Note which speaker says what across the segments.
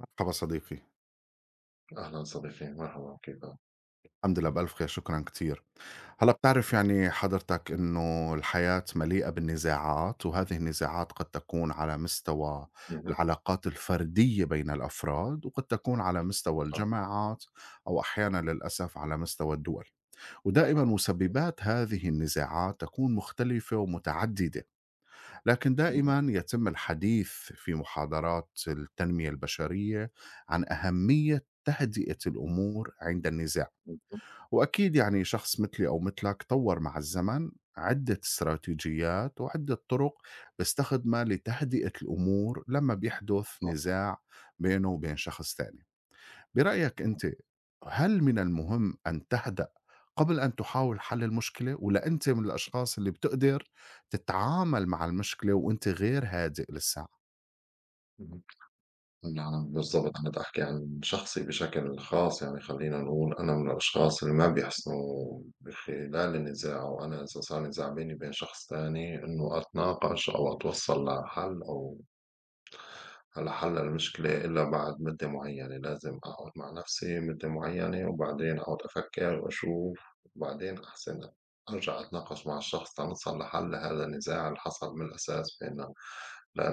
Speaker 1: مرحبا صديقي.
Speaker 2: أهلًا صديقي، مرحبًا. كيف
Speaker 1: الحمد لله بألف خير، شكرا كثير. هلا، بتعرف يعني حضرتك أنه الحياة مليئة بالنزاعات، وهذه النزاعات قد تكون على مستوى
Speaker 2: اهم.
Speaker 1: العلاقات الفردية بين الأفراد، وقد تكون على مستوى
Speaker 2: آه.
Speaker 1: الجماعات، أو أحيانا للأسف على مستوى الدول. ودائما مسببات هذه النزاعات تكون مختلفة ومتعددة، لكن
Speaker 2: اهم.
Speaker 1: دائما يتم الحديث في محاضرات التنمية البشرية عن أهمية تهدئة الأمور عند النزاع.
Speaker 2: اهم.
Speaker 1: وأكيد يعني شخص مثلي أو مثلك طور مع الزمن عدة استراتيجيات وعدة طرق بيستخدمها لتهدئة الأمور لما بيحدث
Speaker 2: آه.
Speaker 1: نزاع بينه وبين شخص تاني. برأيك أنت، هل من المهم أن تهدأ قبل أن تحاول حل المشكلة، ولا أنت من الأشخاص اللي بتقدر تتعامل مع المشكلة وأنت غير هادئ للساعة؟
Speaker 2: اهم. نعم بالضبط، أنا باحكي عن شخصي بشكل خاص يعني خلّينا نقول أنا من الأشخاص اللي ما بيحسنوا بخلال النزاع أو أنا إذا صار نزاع بيني وبين شخص تاني إنه أتناقش أو أتوصّل لحل أو على حل المشكلة إلا بعد مدة معينة. لازم أقعد مع نفسي مدة معينة وبعدين أقعد أفكر وأشوف وبعدين أحسن أرجع أتناقش مع الشخص تنوصل لحل هذا النزاع اللي حصل من الأساس بيننا.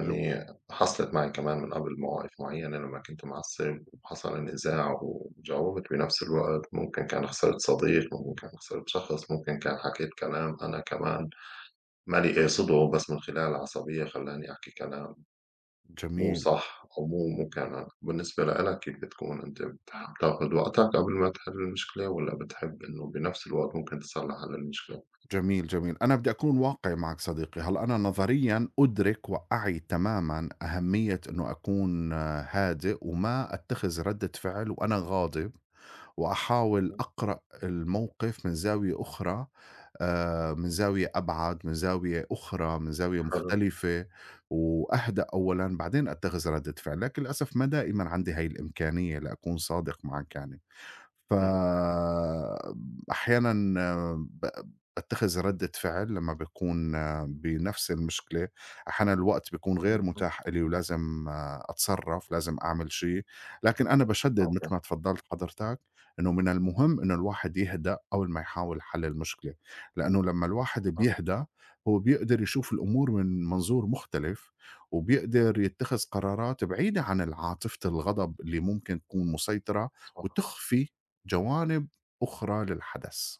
Speaker 1: حلو.
Speaker 2: حصلت معي كمان من قبل مواقف معينة لما كنت معصب وحصل النزاع وجاوبت بنفس الوقت، ممكن كان خسرت صديق، ممكن كان خسرت شخص، ممكن كان حكيت كلام أنا كمان مالي قاصده، بس من خلال العصبية خلاني أحكي كلام.
Speaker 1: جميل.
Speaker 2: وصح. ومو مو مو كمان بالنسبة لإلك، كيف بتكون أنت؟ بتحب تاخد وقتك قبل ما تحل المشكلة ولا بتحب إنه بنفس الوقت ممكن تصلح على المشكلة؟
Speaker 1: جميل، جميل. أنا بدي أكون واقعي معك صديقي، هلأ أنا نظريًا أدرك وأعي تمامًا أهمية إنه أكون هادئ وما أتخذ ردة فعل وأنا غاضب، وأحاول أقرأ الموقف من زاوية أخرى، من زاوية أبعد، من زاوية أخرى، من زاوية
Speaker 2: حلو.
Speaker 1: مختلفة، وأهدأ أولًا بعدين أتخذ ردة فعل، لكن للأسف ما دائمًا عندي هاي الإمكانية لأكون صادق معك يعني.
Speaker 2: اهم.
Speaker 1: فأحيانًا ب باتّخذ ردّة فعل لمّا باكون بنفْس المشكلة، أحيانًا الوقت بيكون غير
Speaker 2: اهم.
Speaker 1: متاح إلي ولازم أتصرّف، لازم أعمل شي، لكن أنا باشدّد متل
Speaker 2: آه.
Speaker 1: ما تفضّلت حضرتك، إنه من المهم إنه الواحد يهدأ أول ما يحاول حل المشكلة، لإنه لمّا الواحد
Speaker 2: آه.
Speaker 1: بيهدأ هو بيقدر يشوف الأمور من منظور مختلف، وبيقدر يتّخذ قرارات بعيدة عن العاطفة الغضب اللي ممكن تكون مسيطرة
Speaker 2: صح.
Speaker 1: وتخفي جوانب أخرى للحدث.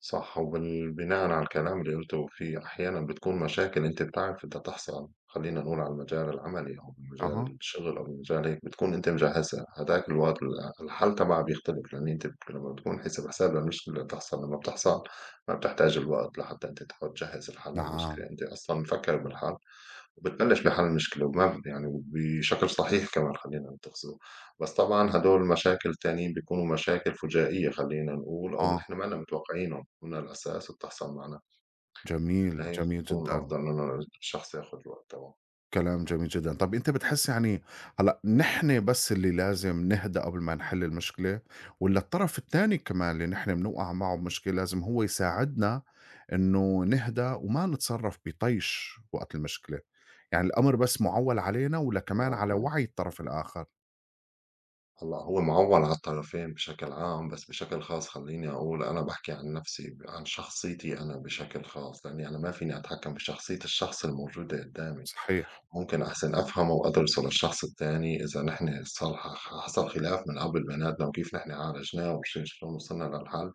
Speaker 2: صح. وبناءً على الكلام اللي قُلته، في أحيانًا بتكون مشاكل أنتِ بتعرف ده تحصل، خلّينا نقول على المجال العملي أو
Speaker 1: أها،
Speaker 2: مجال الشغل أو مجال هيك بتكون أنتِ مجهّزها، هداك الوقت الحل تبعها بيختلف لإن أنتِ لمّا بتكون حسب حساب للمشكلة اللي بتحصل لمّا بتحصل ما بتحتاج الوقت لحتى أنتِ تحاول تجهّز الحل
Speaker 1: نعم،
Speaker 2: للمشكلة، أنتِ أصلًا مفكّرة بالحل. وبتبلّش لحل المشكلة، وما يعني بشكل صحيح كمان خلّينا نتّخذه. بس طبعًا هدول مشاكل تانيين بيكونوا مشاكل فجائية خلّينا نقول، أو
Speaker 1: آه،
Speaker 2: نحن مَنّا متوقعينهم من الأساس وبتحصل معنا.
Speaker 1: جميل،
Speaker 2: لهيك
Speaker 1: جميل
Speaker 2: بيكون
Speaker 1: جدًا،
Speaker 2: الأفضل إنه الشخص ياخُد الوقت تبعه.
Speaker 1: كلام جميل جدًا. طَب أنت بتحس يعني هلأ نحن بس اللي لازم نهدأ قبل ما نحل المشكلة، والّا الطرف التاني كمان اللي نحن بنوقع معه بمشكلة لازم هو يساعدنا إنه نهدأ وما نتصرف بطيش وقت المشكلة؟ يعني الأمر بس مُعوّل علينا والّا كمان على
Speaker 2: أوكي.
Speaker 1: وعي الطرف الآخر؟
Speaker 2: هلأ هو معوّل على الطرفين بشكل عام، بس بشكل خاص خلّيني أقول أنا باحكي عن نَفْسي، عن شخصيتي أنا بشكل خاص، لإنّي أنا ما فيني أتحكّم بشخصية الشخص الموجودة قدّامي.
Speaker 1: صحيح،
Speaker 2: ممكن أحسن أفهم وأدرس للشخص التاني إذا نحن صار حصل خلاف من قبل بيناتنا، وكيف نحن عالجناه وشي- شلون وصلنا للحل.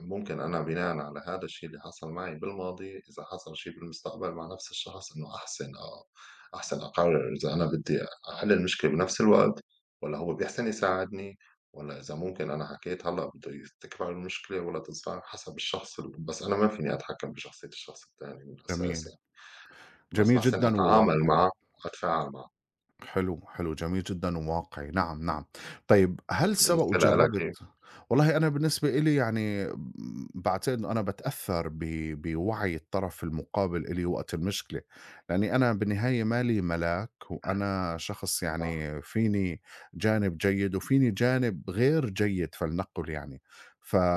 Speaker 2: ممكن أنا بناء على هذا الشيء اللي حصل معي بالماضي، إذا حصل شيء بالمستقبل مع نفس الشخص، إنه أحسن أقرر إذا أنا بدي أحل المشكلة بنفس الوقت ولا هو بيحسن يساعدني، ولا إذا ممكن أنا حكيت هلا بده تكبر المشكلة ولا تصغر حسب الشخص بس أنا ما فيني أتحكم بشخصية الشخص التاني من
Speaker 1: جميل،
Speaker 2: الأساس يعني. بس
Speaker 1: جميل
Speaker 2: بحسن
Speaker 1: جدًا
Speaker 2: أتعامل
Speaker 1: وواقعي.
Speaker 2: معه وأتفاعل معه.
Speaker 1: حلو، حلو، جميل جدًا وواقعي، نعم، نعم. طيب هل سبق
Speaker 2: بالنسبة لألك
Speaker 1: وجرّبت.
Speaker 2: إيه؟
Speaker 1: والله أنا بالنسبة إلي يعني باعتقد إنه أنا باتأثّر بوعي الطرف المقابل إلي وقت المشكلة، لإني أنا بالنهاية مالي ملاك وأنا شخص
Speaker 2: صح.
Speaker 1: يعني فيني جانب جيد وفيني جانب غير جيد فلنقُل يعني،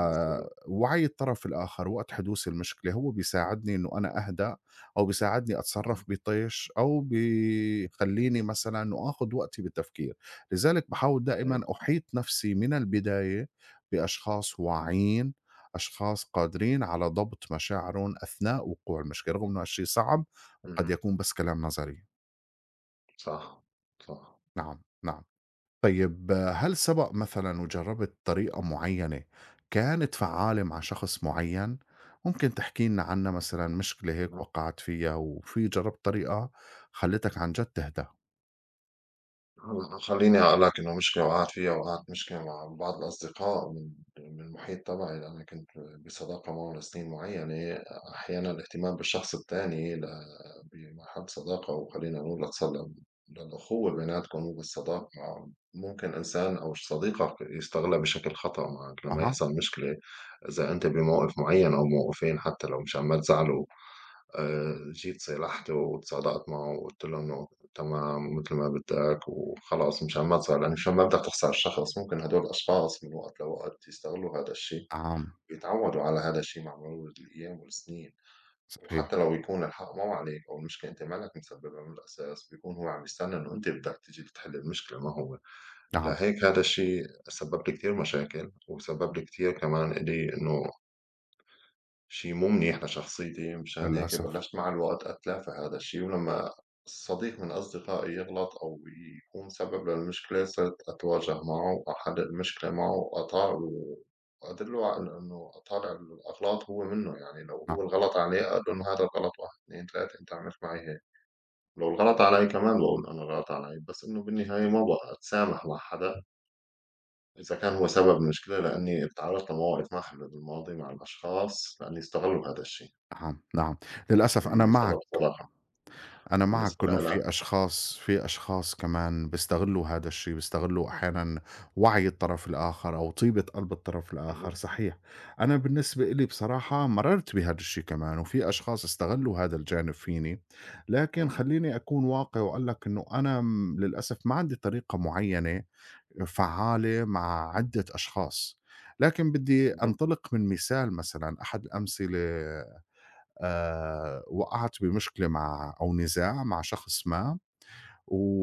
Speaker 2: بالضبط.
Speaker 1: الطرف الآخر وقت حدوث المشكلة هو بيساعدني إنه أنا أهدى أو بيساعدني أتصرّف
Speaker 2: اهم.
Speaker 1: بطيش أو بيخلّيني مثلًا وآخُد وقتي بالتفكير. لذلك باحاول دائمًا
Speaker 2: حلو.
Speaker 1: أحيط نَفْسي من البداية بأشخاص واعيين، أشخاص قادرين على ضبط مشاعرهم أثناء وقوع المشكلة، رغم إنه هالشي صعب وقد
Speaker 2: اهم.
Speaker 1: يكون بس كلام نظري.
Speaker 2: صح. صح.
Speaker 1: نعم، نعم. طيب هل سبق مثلًا وجرّبت طريقة معيّنة كانت فعّالة مع شخص معيّن؟ ممكن تحكي لنا عنّا مثلًا مشكلة هيك
Speaker 2: اهم.
Speaker 1: وقعت فيها وفي جرّبت طريقة خلّتك عن جد تهدى؟
Speaker 2: هلأ خلّيني أقول لك إنه مشكلة وقعت فيها، وقعت مشكلة مع بعض الأصدقاء من المحيط تبعي، لأني كنت بصداقة معه لسنين معيّنة. أحيانًا الاهتمام بالشخص التاني بمحل صداقة وخلّينا نقول لتصل للأخوة بيناتكم مو بالصداقة، ممكن إنسان أو صديقك يستغلها بشكل خطأ معك لمّا
Speaker 1: أها،
Speaker 2: يحصل مشكلة. إذا أنت بموقف معيّن أو موقفين حتى لو مشان ما تزعله، جيت صالحته وتصالحت معه وقُلت له إنه تمام متل ما بدّك وخلاص مشان ما تص لإنه مشان ما بدّك تخسر الشخص، ممكن هدول الأشخاص من وقت لوقت يستغلّوا هذا الشي
Speaker 1: نعم،
Speaker 2: ويتعوّدوا على هذا الشي مع مرور الأيام والسنين.
Speaker 1: صحيح،
Speaker 2: وحتى لو يكون الحق مو عليك أو المشكلة أنت مالك مسبّبها من الأساس، بيكون هو عم يستنى إنه أنت بدّك تيجي تحل المشكلة ما هو.
Speaker 1: نعم،
Speaker 2: لهيك هذا الشي سبّب لي كتير مشاكل، وسبّب لي كتير كمان إلي إنه شي مو منيح لشخصيتي. مشان هيك
Speaker 1: للأسف،
Speaker 2: بلشت مع الوقت أتلافى هذا الشي، ولمّا صديق من أصدقائي يغلط أو يكون سبب للمشكلة، صرت أتواجه معه وأحل المشكلة معه وأدلّه على إنه أطالع الأغلاط هو منّه. يعني لو هو
Speaker 1: نعم،
Speaker 2: الغلط عليه أقول له إنه هذا الغلط 1، 2، 3 أنت عملت معي هيك، لو الغلط علي كمان باقول أنا الغلط علي. بس إنه بالنهاية ما بقى أتسامح مع حدا إذا كان هو سبب المشكلة، لإنّي تعرّضت لمواقف ما حلوة بالماضي مع الأشخاص لإنّي استغلّوا هذا الشي.
Speaker 1: نعم، نعم، للأسف أنا
Speaker 2: بسبب
Speaker 1: معك.
Speaker 2: صراحة،
Speaker 1: أنا معك
Speaker 2: بالنسبة
Speaker 1: إنه
Speaker 2: لأنا.
Speaker 1: في أشخاص كمان بيستغلّوا هذا الشي، بيستغلّوا أحيانًا وعي الطرف الآخر أو طيبة قلب الطرف الآخر،
Speaker 2: اهم.
Speaker 1: صحيح. أنا بالنسبة إلي بصراحة مرّرت بهذا الشي كمان، وفي أشخاص استغلّوا هذا الجانب فيني، لكن
Speaker 2: اهم.
Speaker 1: خلّيني أكون واقعي وأقول لك إنه أنا للأسف ما عندي طريقة معيّنة فعّالة مع عدة أشخاص، لكن بدّي
Speaker 2: اهم.
Speaker 1: أنطلق من مثال مثلًا، أحد الأمثلة وقعت بمشكلة مع أو نزاع مع شخص ما،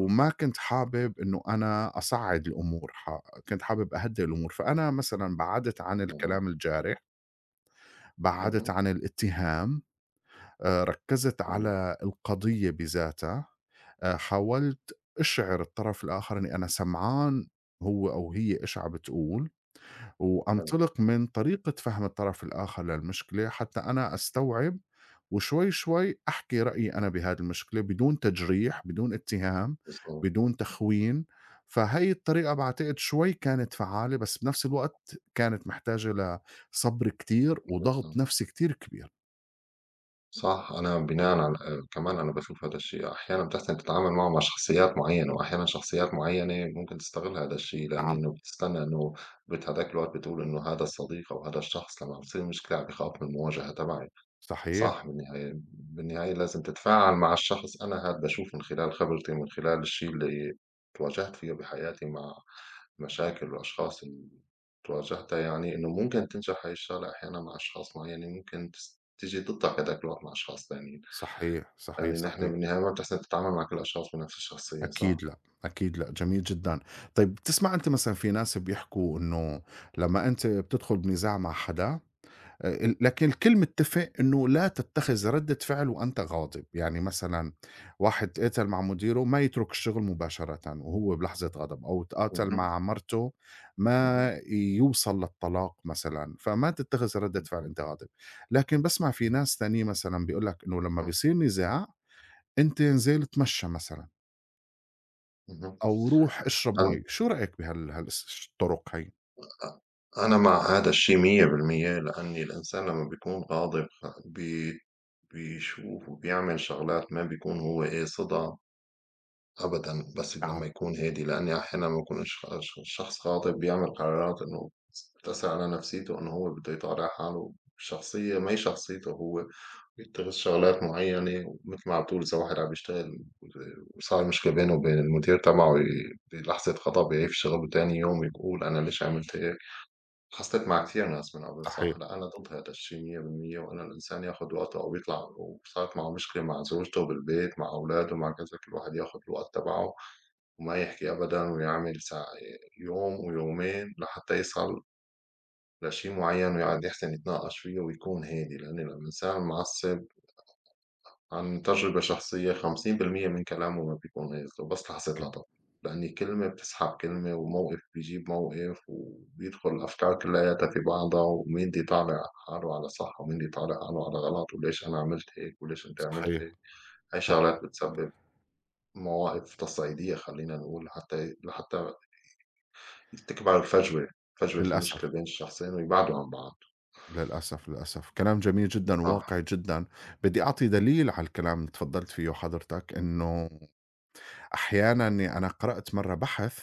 Speaker 2: آه.
Speaker 1: كنت حابب إنه أنا أصعّد الأمور، كنت حابب أهدّي الأمور، فأنا مثلًا بعدت عن
Speaker 2: تمام.
Speaker 1: الكلام الجارح، بعدت
Speaker 2: اهم.
Speaker 1: عن الاتهام، ركّزت
Speaker 2: حلو.
Speaker 1: على القضية بذاتها، حاولت أشعِر الطرف الآخر إنّي أنا سمعان هو أو هي إيش عم بتقول.
Speaker 2: حلو.
Speaker 1: وأنطلق من طريقة فهم الطرف الآخر للمشكلة حتى أنا أستوعب، وشوي شوي أحكي رأيي أنا بهذه المشكلة بدون تجريح بدون اتهام
Speaker 2: بالضبط.
Speaker 1: بدون تخوين. فهي الطريقة بعتقد شوي كانت فعالة، بس بنفس الوقت كانت محتاجة لصبر كتير وضغط
Speaker 2: بالضبط.
Speaker 1: نفسي كتير كبير.
Speaker 2: صح. أنا بناءً على كمان أنا باشوف هذا الشيء، أحيانًا بتحسن تتعامل معه مع شخصيات معيّنة، وأحيانًا شخصيات معيّنة ممكن تستغل هذا الشيء، لأن
Speaker 1: نعم،
Speaker 2: إنه بتستنى إنه هذاك الوقت بتقول إنه هذا الصديق أو هذا الشخص لمّا بتصير مشكلة عم بيخاف من المواجهة تبعي.
Speaker 1: صحيح،
Speaker 2: صح. بالنهاية لازم تتفاعل مع الشخص، أنا هاد باشوف من خلال خبرتي، من خلال الشي اللي تواجهت فيه بحياتي مع مشاكل وأشخاص اللي تواجهتها. يعني إنه ممكن تنجح هاي الشغلة أحيانًا مع أشخاص معيّنين، ممكن تيجي ضدّك هيداك الوقت مع أشخاص تانيين.
Speaker 1: صحيح، صحيح،
Speaker 2: يعني
Speaker 1: صحيح،
Speaker 2: نحن بالنهاية ما بتحسن تتعامل مع كل الأشخاص بنفس الشخصية، صح؟
Speaker 1: أكيد لا، أكيد لا، جميل جدا. طيب بتسمع أنت مثلا في ناس بيحكوا أنه لما أنت بتدخل بنزاع مع حدا، لكن الكل متّفق إنه لا تتّخذ ردّة فعل وأنت غاضب، يعني مثلًا واحد تقاتل مع مديره ما يترك الشغل مباشرةً وهو بلحظة غضب، أو تقاتل
Speaker 2: اهم.
Speaker 1: مع مرته
Speaker 2: اهم.
Speaker 1: ما يوصل للطلاق مثلًا، فما تتّخذ ردّة فعل أنت غاضب، لكن باسمع في ناس تانيين مثلًا بيقول لك إنه لمّا
Speaker 2: اهم.
Speaker 1: بيصير نزاع أنت انزل اتمشى مثلًا، أو روح اشرب
Speaker 2: اهم.
Speaker 1: مَي، شو رأيك بهال الطرق هي؟
Speaker 2: أ أنا مع هذا الشيء 100% لأني الإنسان لمّا بيكون غاضب بي بيشوف وبيعمل شغلات ما بيكون هو قاصدها أبدًا، بس
Speaker 1: نعم،
Speaker 2: لمّا يكون هادي. لأني أحيانًا لمّا يكون الشخص غاضب بيعمل قرارات إنه بتأثر على نفسيته، إنه هو بده يطلع حاله شخصية ما هي شخصيته هو، بيتخذ شغلات معيّنة. ومتل ما عم بتقول، إذا واحد عم بيشتغل وصار مشكلة بينه وبين المدير تبعه بلحظة غضب يعيب الشغل وتاني يوم يقول أنا ليش عملت هيك. حصلت مع كتير ناس من قبل، صح.
Speaker 1: صحيح،
Speaker 2: لأ، أنا ضد هادا الشي 100%. وإنه الإنسان ياخُد وقته، أو يطلع وصارت معه مشكلة مع زوجته بالبيت، مع أولاده، مع كذا، كل واحد ياخُد الوقت تبعه وما يحكي أبدًا، ويعمل يوم ويومين لحتّى يصل لشي معيّن ويقعد يحسن يتناقش فيه ويكون هادي. لإنه الإنسان المعصّب، عن تجربة شخصية، 50% من كلامه ما بيكون هيك وبس لحظة
Speaker 1: صحيح،
Speaker 2: غضب. لأن كلمة بتسحب كلمة وموقف بيجيب موقف وبيدخل الأفكار كلياتها في بعضها، ومين دي طالع حاله على صح ومين دي طالع حاله على غلط وليش أنا عملت هيك وليش أنت عملت
Speaker 1: صحيح،
Speaker 2: هيك. هاي
Speaker 1: صح،
Speaker 2: شغلات بتسبب مواقف تصعيدية خلينا نقول، لحتى تكبر الفجوة، فجوة
Speaker 1: للأسف.
Speaker 2: المشكلة بين الشخصين ويبعدوا عن بعض.
Speaker 1: للأسف، للأسف، كلام جميل جدًا
Speaker 2: آه.
Speaker 1: وواقعي جدًا، بدي أعطي دليل على الكلام اللي تفضّلت فيه حضرتك، إنه أحيانًا أنا قرأت مرّة بحث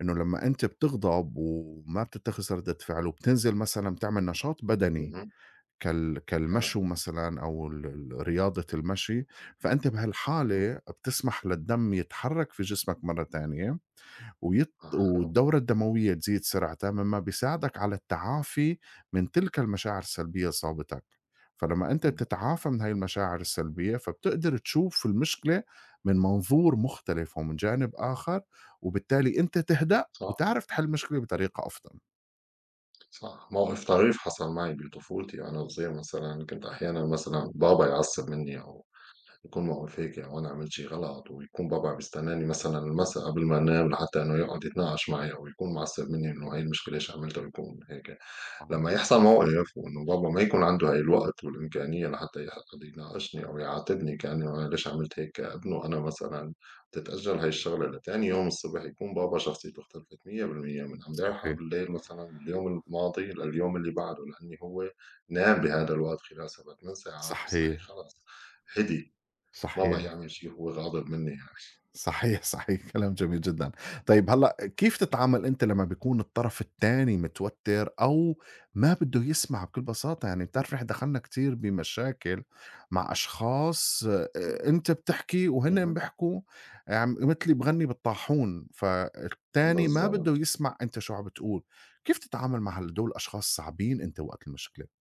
Speaker 1: إنه لمّا أنت بتغضب وما بتتخذ ردة فعل وبتنزل مثلًا بتعمل نشاط بدني
Speaker 2: مهم. آه.
Speaker 1: كالمشو مثلًا أو ال رياضة المشي، فأنت بهالحالة بتسمح للدم يتحرك في جسمك مرّة تانية،
Speaker 2: آه. حلو.
Speaker 1: والدورة الدموية تزيد سرعة مما بيساعدك على التعافي من تلك المشاعر السلبية اللي صابتك. فلما أنت
Speaker 2: مهم.
Speaker 1: بتتعافى من هاي المشاعر السلبية فبتقدر تشوف المشكلة من منظور مختلف ومن جانب آخر، وبالتالي أنت تهدأ
Speaker 2: صح.
Speaker 1: وتعرف تحل المشكلة بطريقة أفضل.
Speaker 2: صح. موقف طريف حصل معي بطفولتي وأنا صغير مثلًا، كنت أحيانًا مثلًا بابا يعصّب منّي أو يكون موقف هيك أو أنا عملت شي غلط، ويكون بابا بيستناني مثلًا المسا قبل ما أنام لحتى إنه يقعد يتناقش معي أو يكون معصّب منّي إنه هاي المشكلة ليش عملتها ويكون هيك.
Speaker 1: طبعًا،
Speaker 2: لما يحصل موقف وإنه بابا ما يكون عنده هاي الوقت والإمكانية لحتى يحقد يناقشني أو يعاتبني كأنه أنا ليش عملت هيك، كأنه أنا مثلًا تتأجل هاي الشغلة لتاني يوم الصبح، يكون بابا شخصيته اختلفت 100% من امبارح على
Speaker 1: صحيح،
Speaker 2: بالليل مثلًا، من اليوم الماضي لليوم اللي بعده، لأني هو نام بهذا الوقت خلال 7، 8 ساعات
Speaker 1: صحيح،
Speaker 2: وصحي خلص، هدي. ما بقى
Speaker 1: صحيح.
Speaker 2: يعمل شي هو غاضب منّي يعني.
Speaker 1: صحيح، صحيح، كلام جميل جدًا. طيب هلّأ كيف تتعامل أنت لمّا بيكون الطرف التاني متوتّر أو ما بده يسمع بكل بساطة؟ يعني بتعرف نحن دخلنا كتير بمشاكل مع أشخاص، أنت بتحكي وهنّن
Speaker 2: اهم.
Speaker 1: بيحكوا عم متلي بغنّي بالطاحون، فالتاني ما بده
Speaker 2: بالضبط.
Speaker 1: يسمع أنت شو عم بتقول. كيف تتعامل مع دول الأشخاص صعبين أنت وقت المشكلة؟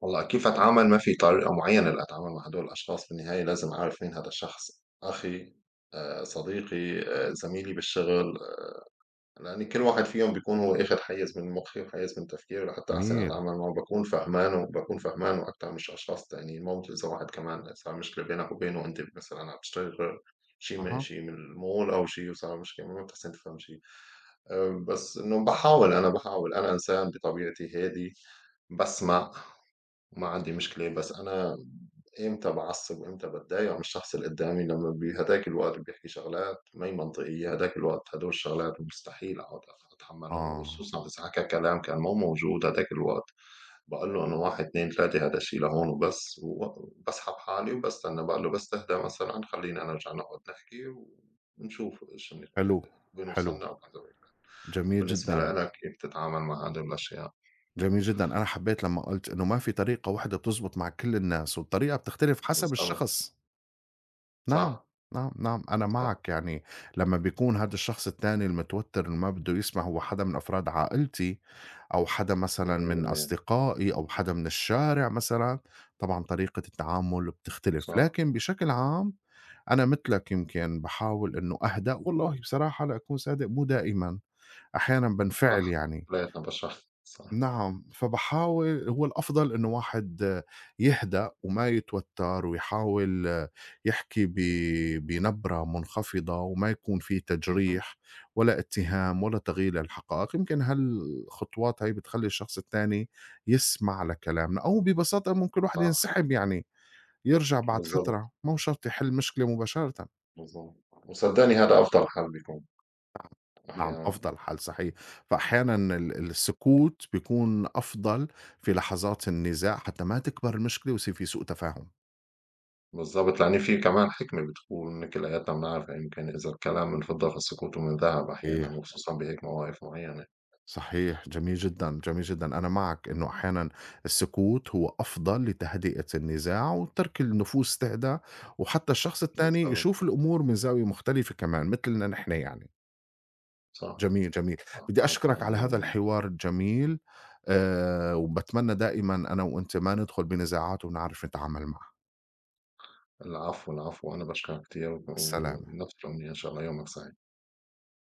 Speaker 2: والله كيف أتعامل؟ ما في طريقة معينة لأتعامل مع هدول الأشخاص، بالنهاية لازم أعرف مين هذا الشخص، أخي، صديقي، زميلي بالشغل. لأن كل واحد فيهم بيكون هو أخد حيز من مخي وحيز من تفكيري لحتى أحسن
Speaker 1: جميل.
Speaker 2: أتعامل معه، باكون فهمانه أكتر مش أشخاص تانيين. ممكن إذا واحد كمان صار مشكلة بينك وبينه، أنت مثلًا عم تشتغل
Speaker 1: أها،
Speaker 2: شي من المول أو شي وصار مشكلة ما بتحسن تفهم شي. بس إنه باحاول. أنا إنسان بطبيعتي هادي، باسمع. ما عندي مشكلة. بس أنا إمتى بعصب وإمتى باتضايق من الشخص اللي قدامي؟ لما بهداك الوقت بيحكي شغلات ما هي منطقية هداك الوقت، هدول الشغلات مستحيل أقعد أتحملهم،
Speaker 1: آه،
Speaker 2: وخصوصا إذا حكى كلام كان مو موجود هداك الوقت. بقول له إنه واحد اتنين تلاتة هذا الشيء لهون وبس، وبسحب حالي وبستنى، بقول له بس تهدى مثلا خلينا نرجع نقعد نحكي ونشوف
Speaker 1: حلو،
Speaker 2: وين
Speaker 1: حلو،
Speaker 2: وصلنا وبعد هيك.
Speaker 1: جميل جدًا.
Speaker 2: وبالنسبة لك كيف تتعامل مع هدول الأشياء؟
Speaker 1: جميل جدًا، أنا حبيت لمّا قُلت إنه ما في طريقة واحدة بتزبط مع كل الناس، والطريقة بتختلف حسب
Speaker 2: بالضبط.
Speaker 1: الشخص، نعم،
Speaker 2: صح.
Speaker 1: نعم، نعم، أنا
Speaker 2: صح.
Speaker 1: معك يعني. لمّا بيكون هاد الشخص التاني المتوتر اللي ما بده يسمع هو حدا من أفراد عائلتي، أو حدا مثلًا من
Speaker 2: 100%.
Speaker 1: أصدقائي، أو حدا من الشارع مثلًا، طبعًا طريقة التعامل بتختلف،
Speaker 2: صح.
Speaker 1: لكن بشكل عام أنا متلك يمكن باحاول إنه أهدأ، والله بصراحة لأكون صادق مو دائمًا، أحيانًا بانفعل
Speaker 2: صح،
Speaker 1: يعني.
Speaker 2: طلعت بشرها صح.
Speaker 1: نعم، فباحاول هو الأفضل إنه واحد يهدأ وما يتوتّر ويحاول يحكي بنبرة منخفضة وما يكون في
Speaker 2: اهم.
Speaker 1: تجريح ولا اتهام ولا تغيير للحقائق، يمكن هالخطوات هي بتخلّي الشخص التاني يسمع لكلامنا، أو ببساطة ممكن الواحد
Speaker 2: صح.
Speaker 1: ينسحب يعني، يرجع بعد
Speaker 2: بالضبط.
Speaker 1: فترة، مو شرط يحل مشكلة مباشرةً.
Speaker 2: بالضبط. وصدّقني هذا أفضل حل بيكون
Speaker 1: نعم،
Speaker 2: أحيانًا.
Speaker 1: أفضل حل صحيح، فأحيانًا السكوت بيكون أفضل في لحظات النزاع حتى ما تكبر المشكلة ويصير في سوء تفاهم.
Speaker 2: بالضبط، لأن في كمان حكمة بتكون كلّياتنا بنعرفها، يمكن إذا الكلام من فضّة فالسكوت من ذهب أحيانًا
Speaker 1: صحيح،
Speaker 2: وخصوصًا بهيك مواقف معيّنة.
Speaker 1: صحيح، جميل جدًا، جميل جدًا، أنا معك إنه أحيانًا السكوت هو أفضل لتهدئة النزاع وترك النفوس تهدأ، وحتى الشخص التاني
Speaker 2: بالضبط.
Speaker 1: يشوف الأمور من زاوية مختلفة كمان مثلنا نحن يعني،
Speaker 2: صح.
Speaker 1: جميل، جميل،
Speaker 2: صح،
Speaker 1: بدي
Speaker 2: معك حق
Speaker 1: أشكرك على هذا
Speaker 2: 100%.
Speaker 1: الحوار الجميل، وباتمنى دائمًا أنا وأنت ما ندخل بنزاعات ونعرف نتعامل معها.
Speaker 2: العفو، العفو، أنا باشكرك كتير و
Speaker 1: مع السلامة.
Speaker 2: ونفس الأمنية. إن شاء الله يومك سعيد.